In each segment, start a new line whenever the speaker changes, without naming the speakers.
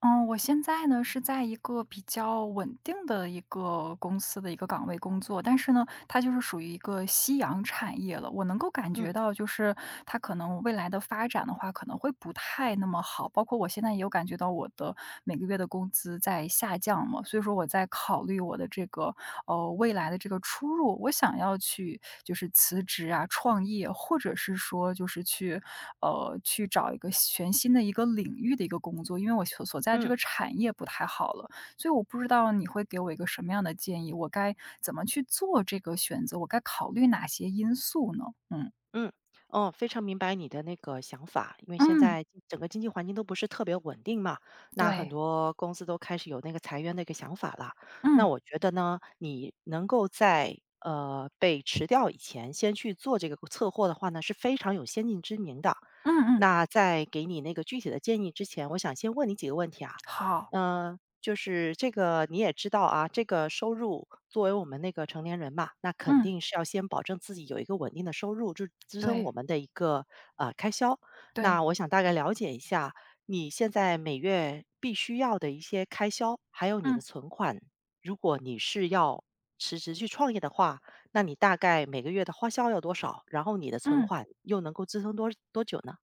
嗯，我现在呢是在一个比较稳定的一个公司的一个岗位工作，但是呢，它就是属于一个夕阳产业了。我能够感觉
嗯
到，就是它可能未来的发展的话，可能会不太那么好。包括我现在也有感觉到我的每个月的工资在下降嘛，所以说我在考虑我的这个未来的这个出入，我想要去就是辞职啊、创业，或者是说就是去，去找一个全新的一个领域的一个工作，因为我所在这
嗯
个产业不太好了，所以我不知道你会给我一个什么样的建议，我该怎么去做这个选择，我该考虑哪些因素呢？嗯
嗯，哦，非常明白你的那个想法，因为现
嗯，
在整个经济环境都不是特别稳定嘛，那很
对，
多公司都开始有那个裁员的一个想法了。那
嗯
我觉得呢，你能够在被辞掉以前，先去做这个测货的话呢，是非常有先见之明的。
嗯嗯，
那在给你那个具体的建议之前，我想先问你几个问题啊。
好，
嗯，就是这个你也知道啊，这个收入作为我们那个成年人嘛，那肯
嗯，
定是要先保证自己有一个稳定的收入，就支撑
对
我们的一个开销。那
对，
我想大概了解一下你现在每月必须要的一些开销，还有你的
嗯
存款。如果你是要辞职去创业的话，那你大概每个月的花销要多少？然后你的存
嗯。
款又能够支撑多久呢？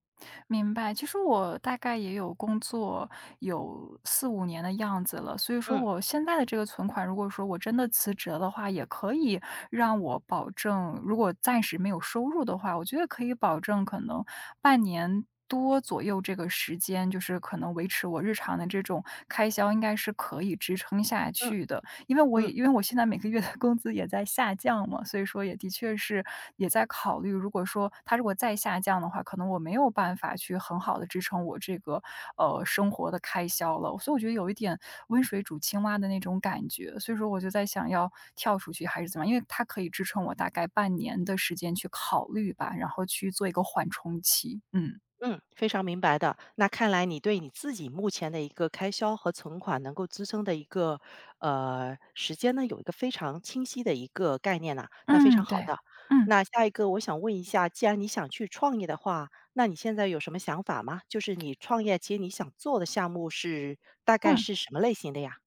明白，其实我大概也有工作有四五年的样子了，所以说
嗯
我现在的这个存款，如果说我真的辞职的话，也可以让我保证如果暂时没有收入的话，我觉得可以保证可能半年多左右这个时间，就是可能维持我日常的这种开销，应该是可以支撑下
嗯
去的。因为我也
嗯。
因为我现在每个月的工资也在下降嘛，所以说也的确是也在考虑，如果说它如果再下降的话，可能我没有办法去很好的支撑我这个，生活的开销了。所以我觉得有一点温水煮青蛙的那种感觉，所以说我就在想要跳出去还是怎么样，因为它可以支撑我大概半年的时间去考虑吧，然后去做一个缓冲期。嗯，
嗯，非常明白的。那看来你对你自己目前的一个开销和存款能够支撑的一个时间呢，有一个非常清晰的一个概念呐、那非常
嗯，
好
对，
的。
嗯，
那下一个我想问一下，既然你想去创业的话，那你现在有什么想法吗？就是你创业，其实你想做的项目是大概是
嗯。
什么类型的呀？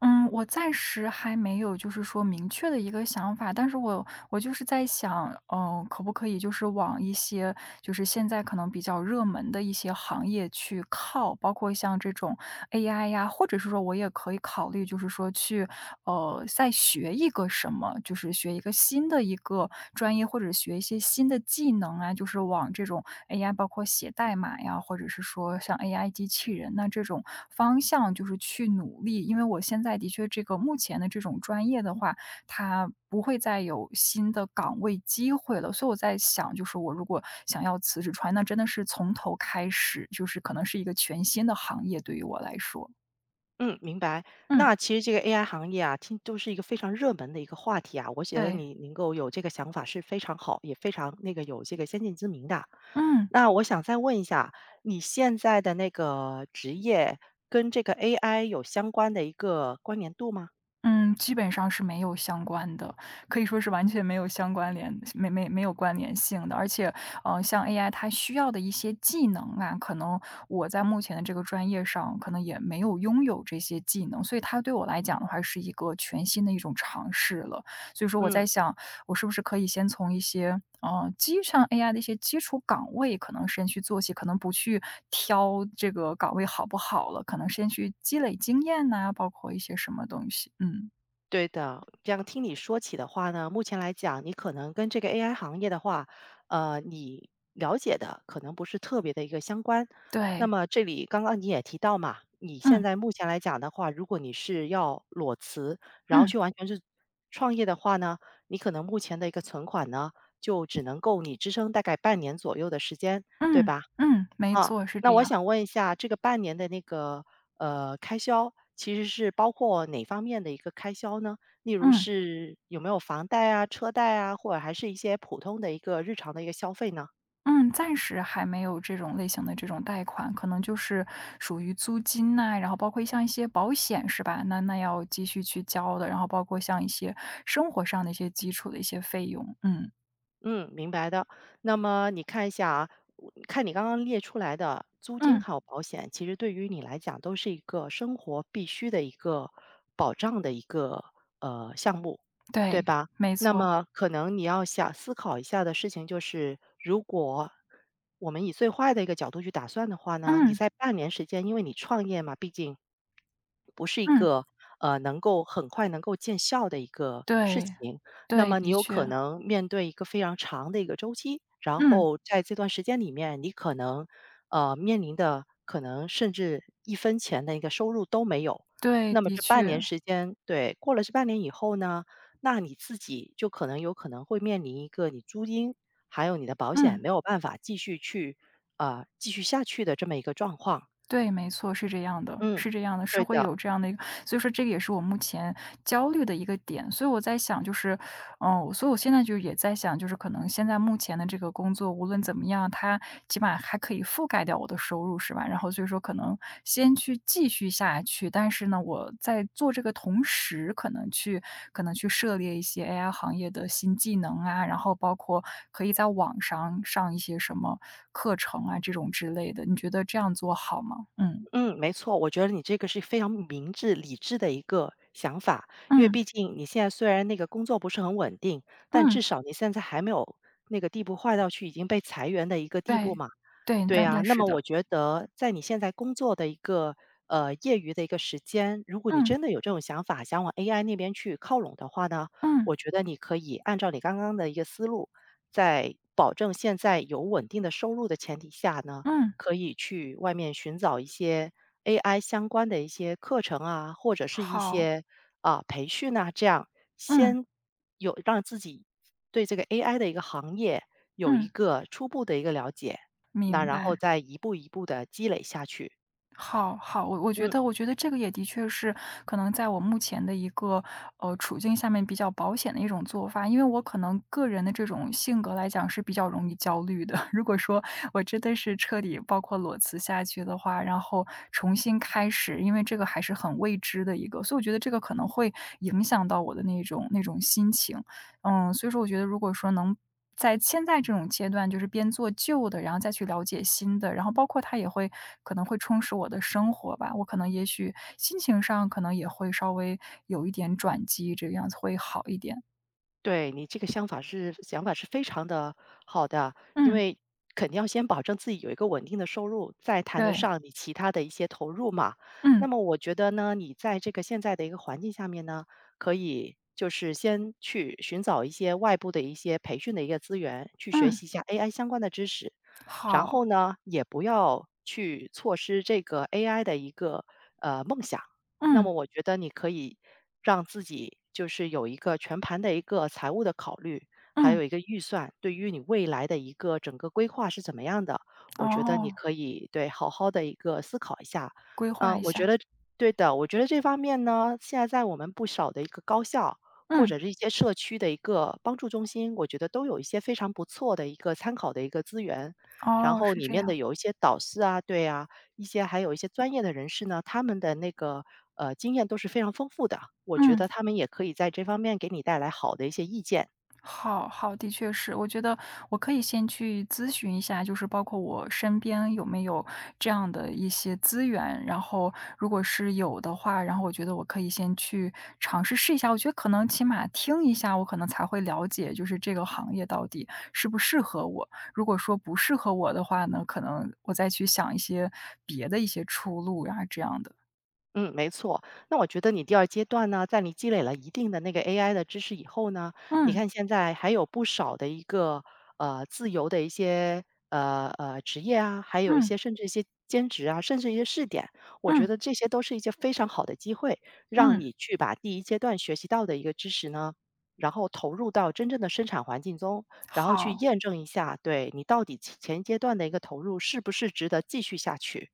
嗯，我暂时还没有就是说明确的一个想法，但是我就是在想，嗯，可不可以就是往一些就是现在可能比较热门的一些行业去靠，包括像这种 AI 呀，或者是说我也可以考虑，就是说去再学一个什么，就是学一个新的一个专业，或者学一些新的技能啊，就是往这种 AI，包括写代码呀，或者是说像 AI 机器人那这种方向，就是去努力。因为我现在的确这个目前的这种专业的话，它不会再有新的岗位机会了，所以我在想，就是我如果想要辞职出来，那真的是从头开始，就是可能是一个全新的行业对于我来说。
嗯，明白。
嗯，
那其实这个 AI 行业啊，听都是一个非常热门的一个话题啊。我觉得
对，
你能够有这个想法是非常好，也非常那个有这个先见之明的。
嗯。
那我想再问一下，你现在的那个职业跟这个 AI 有相关的一个关联度吗？
嗯，基本上是没有相关的，可以说是完全没有相关联没有关联性的。而且，像 AI 它需要的一些技能啊，可能我在目前的这个专业上，可能也没有拥有这些技能，所以它对我来讲的话，是一个全新的一种尝试了。所以说我
嗯。
在想，我是不是可以先从一些，基上 AI 的一些基础岗位可能先去做起，可能不去挑这个岗位好不好了，可能先去积累经验呐，包括一些什么东西，嗯，
对的，这样听你说起的话呢，目前来讲，你可能跟这个 AI 行业的话，你了解的可能不是特别的一个相关。那
对，
么这里刚刚你也提到嘛，你现
嗯，
在目前来讲的话，如果你是要裸辞，然后
嗯，
去完全是创业的话呢，你可能目前的一个存款呢，就只能够你支撑大概半年左右的时间，对
嗯，
吧？
嗯，没
啊，
错，是
那
这
我
样，
想问一下，这个半年的那个开销，其实是包括哪方面的一个开销呢？例如
嗯。
是有没有房贷啊、车贷啊，或者还是一些普通的一个日常的一个消费呢？
嗯，暂时还没有这种类型的这种贷款，可能就是属于租金呐、然后包括像一些保险是吧？那要继续去交的，然后包括像一些生活上的一些基础的一些费用，嗯
嗯，明白的。那么你看一下啊，我看你刚刚列出来的租金
嗯，
还有保险，其实对于你来讲都是一个生活必须的一个保障的一个项目，对
对，
吧？
没
那
错，
么可能你要想思考一下的事情就是，如果我们以最坏的一个角度去打算的话呢，你
嗯
在半年时间，因为你创业嘛，毕竟不是一
嗯，
个能够很快能够见效的一个事
对
情，那
对，
么你
的
有可
确，
能面对一个非常长的一个周期，然
嗯，
后在这段时间里面，你可能面临的可能甚至一分钱的一个收入都没有。
对，
那么
的
这半
确，
年时间，对，过了这半年以后呢，那你自己就可能有可能会面临一个你租金还有你的保险
嗯。
没有办法继续去啊、继续下去的这么一个状况。
对，没错，是这样的，
嗯，
是这样的，是
对
会
的。
有这样的一个，所以说这个也是我目前焦虑的一个点，所以我在想，就是，嗯，所以我现在就也在想，就是可能现在目前的这个工作，无论怎么样，它起码还可以覆盖掉我的收入，是吧？然后所以说，可能先去继续下去，但是呢，我在做这个同时，可能去涉猎一些 AI 行业的新技能啊，然后包括可以在网上上一些什么课程啊，这种之类的。你觉得这样做好吗？嗯
嗯，没错，我觉得你这个是非常明智、理智的一个想法，因为
嗯
毕竟你现在虽然那个工作不是很稳定，但
嗯，
至少你现在还没有那个地步坏到去已经被裁员的一个地步
对
嘛。
对，
对
但
呀，
但
那
是
么我
的，
觉得在你现在工作的一个业余的一个时间，如果你
嗯
真的有这种想法，想往 AI 那边去靠拢的话呢，
嗯。
我觉得你可以按照你刚刚的一个思路，在保证现在有稳定的收入的前提下呢。
嗯，
可以去外面寻找一些 AI 相关的一些课程啊，或者是一
好，
些啊培训啊，这样
嗯，
先有让自己对这个 AI 的一个行业有一
嗯，
个初步的一个了解，那
明
然
白，
后再一步一步的积累下去。
好，好，我我觉
嗯。
得我觉得这个也的确是可能在我目前的一个，处境下面比较保险的一种做法。因为我可能个人的这种性格来讲是比较容易焦虑的，如果说我真的是彻底包括裸辞下去的话，然后重新开始，因为这个还是很未知的一个，所以我觉得这个可能会影响到我的那种心情。嗯，所以说我觉得如果说能在现在这种阶段，就是边做旧的，然后再去了解新的，然后包括它也会可能会充实我的生活吧。我可能也许心情上可能也会稍微有一点转机，这个样子会好一点。
对，你这个想法是非常的好的，因
嗯，
为肯定要先保证自己有一个稳定的收入，再谈得
对，
上你其他的一些投入嘛。那
嗯
么我觉得呢，你在这个现在的一个环境下面呢，可以就是先去寻找一些外部的一些培训的一个资源，去学
嗯，
习一下 AI 相关的知识，然
好，
后呢，也不要去错失这个 AI 的一个梦想。那
嗯
么我觉得你可以让自己就是有一个全盘的一个财务的考虑，还有
嗯，
一个预算，对于你未来的一个整个规划是怎么样的，我觉得你
哦，
可以对好好的一个思考一下。
规划一
我觉
下，
得对的，我觉得这方面呢，现在在我们不少的一个高校或
嗯，
者是一些社区的一个帮助中心，我觉得都有一些非常不错的一个参考的一个资源。然
哦，
后
是
里
这
面的
样，
有一些导师啊，对啊，一些还有一些专业的人士呢，他们的那个经验都是非常丰富的，我觉
嗯。
得他们也可以在这方面给你带来好的一些意见。
好好，的确是，我觉得我可以先去咨询一下，就是包括我身边有没有这样的一些资源，然后如果是有的话，然后我觉得我可以先去尝试试一下。我觉得可能起码听一下，我可能才会了解，就是这个行业到底适不适合我。如果说不适合我的话呢，可能我再去想一些别的一些出路呀，这样的。
嗯，没错。那我觉得你第二阶段呢，在你积累了一定的那个 AI 的知识以后呢，你
嗯
看现在还有不少的一个自由的一些职业啊，还有一
嗯
些甚至一些兼职啊，甚至一些试点，我觉
嗯
得这些都是一些非常好的机会，让
嗯，
你去把第一阶段学习到的一个知识呢，然后投入到真正的生产环境中，然后去
好，
验证一下，对你到底前一阶段的一个投入是不是值得继续下去。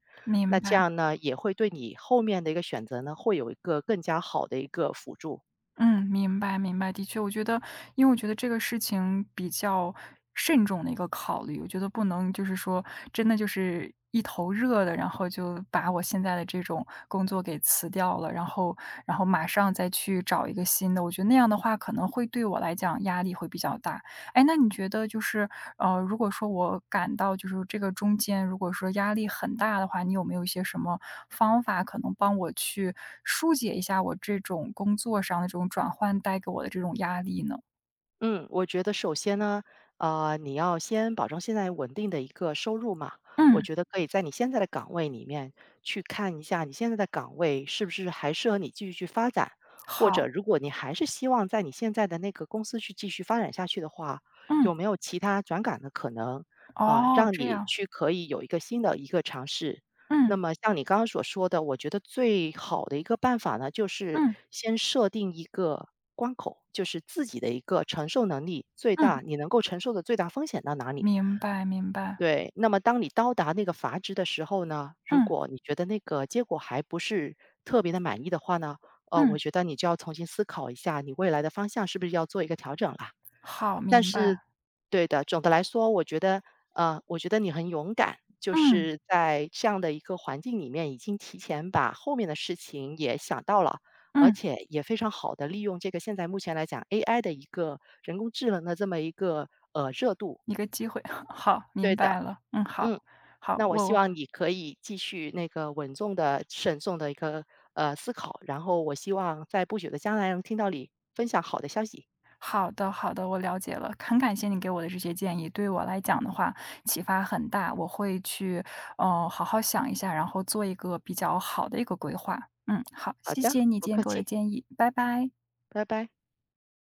那
明
这
白。
样呢，也会对你后面的一个选择呢，会有一个更加好的一个辅助。
嗯，明白明白，的确，我觉得，因为我觉得这个事情比较慎重的一个考虑，我觉得不能就是说真的就是一头热的，然后就把我现在的这种工作给辞掉了，然后马上再去找一个新的，我觉得那样的话可能会对我来讲压力会比较大，哎，那你觉得就是，如果说我感到就是这个中间，如果说压力很大的话，你有没有一些什么方法可能帮我去疏解一下我这种工作上的这种转换带给我的这种压力呢？
嗯，我觉得首先呢，啊，你要先保证现在稳定的一个收入嘛。我
嗯，
觉得可以在你现在的岗位里面去看一下，你现在的岗位是不是还适合你继续去发展，或者
好，
如果你还是希望在你现在的那个公司去继续发展下去的话，
嗯，
有没有其他转岗的可能啊，
哦，
让
这
你
样，
去可以有一个新的一个尝试。那
嗯
么像你刚刚所说的，我觉得最好的一个办法呢，就是
嗯
先设定一个关口，就是自己的一个承受能力最
嗯，
大，你能够承受的最大风险到哪里？
明白明白，
对，那么当你到达那个阀值的时候呢，如
嗯
果你觉得那个结果还不是特别的满意的话呢，我
嗯，
觉得你就要重新思考一下，你未来的方向是不是要做一个调整啦。
好，
但
明
是
白，
对的，总的来说，我觉得，我觉得你很勇敢，就
嗯
是在这样的一个环境里面，已经提前把后面的事情也想到了，而
嗯，
且也非常好的利用这个现在目前来讲 AI 的一个人工智能的这么一个热度。
一个机会，好，
对
明
的，
白了，嗯，好，
嗯，
好，
那我希
我
望你可以继续那个稳重的、慎重的一个思考，然后我希望在不久的将来能听到你分享好的消息。
好的，好的，我了解了，很感谢你给我的这些建议，对于我来讲的话，启发很大，我会去，好好想一下，然后做一个比较好的一个规划。嗯，好，
好
谢
的，
谢你
不
今天
客
给我的
气，
建议，拜拜。
拜拜。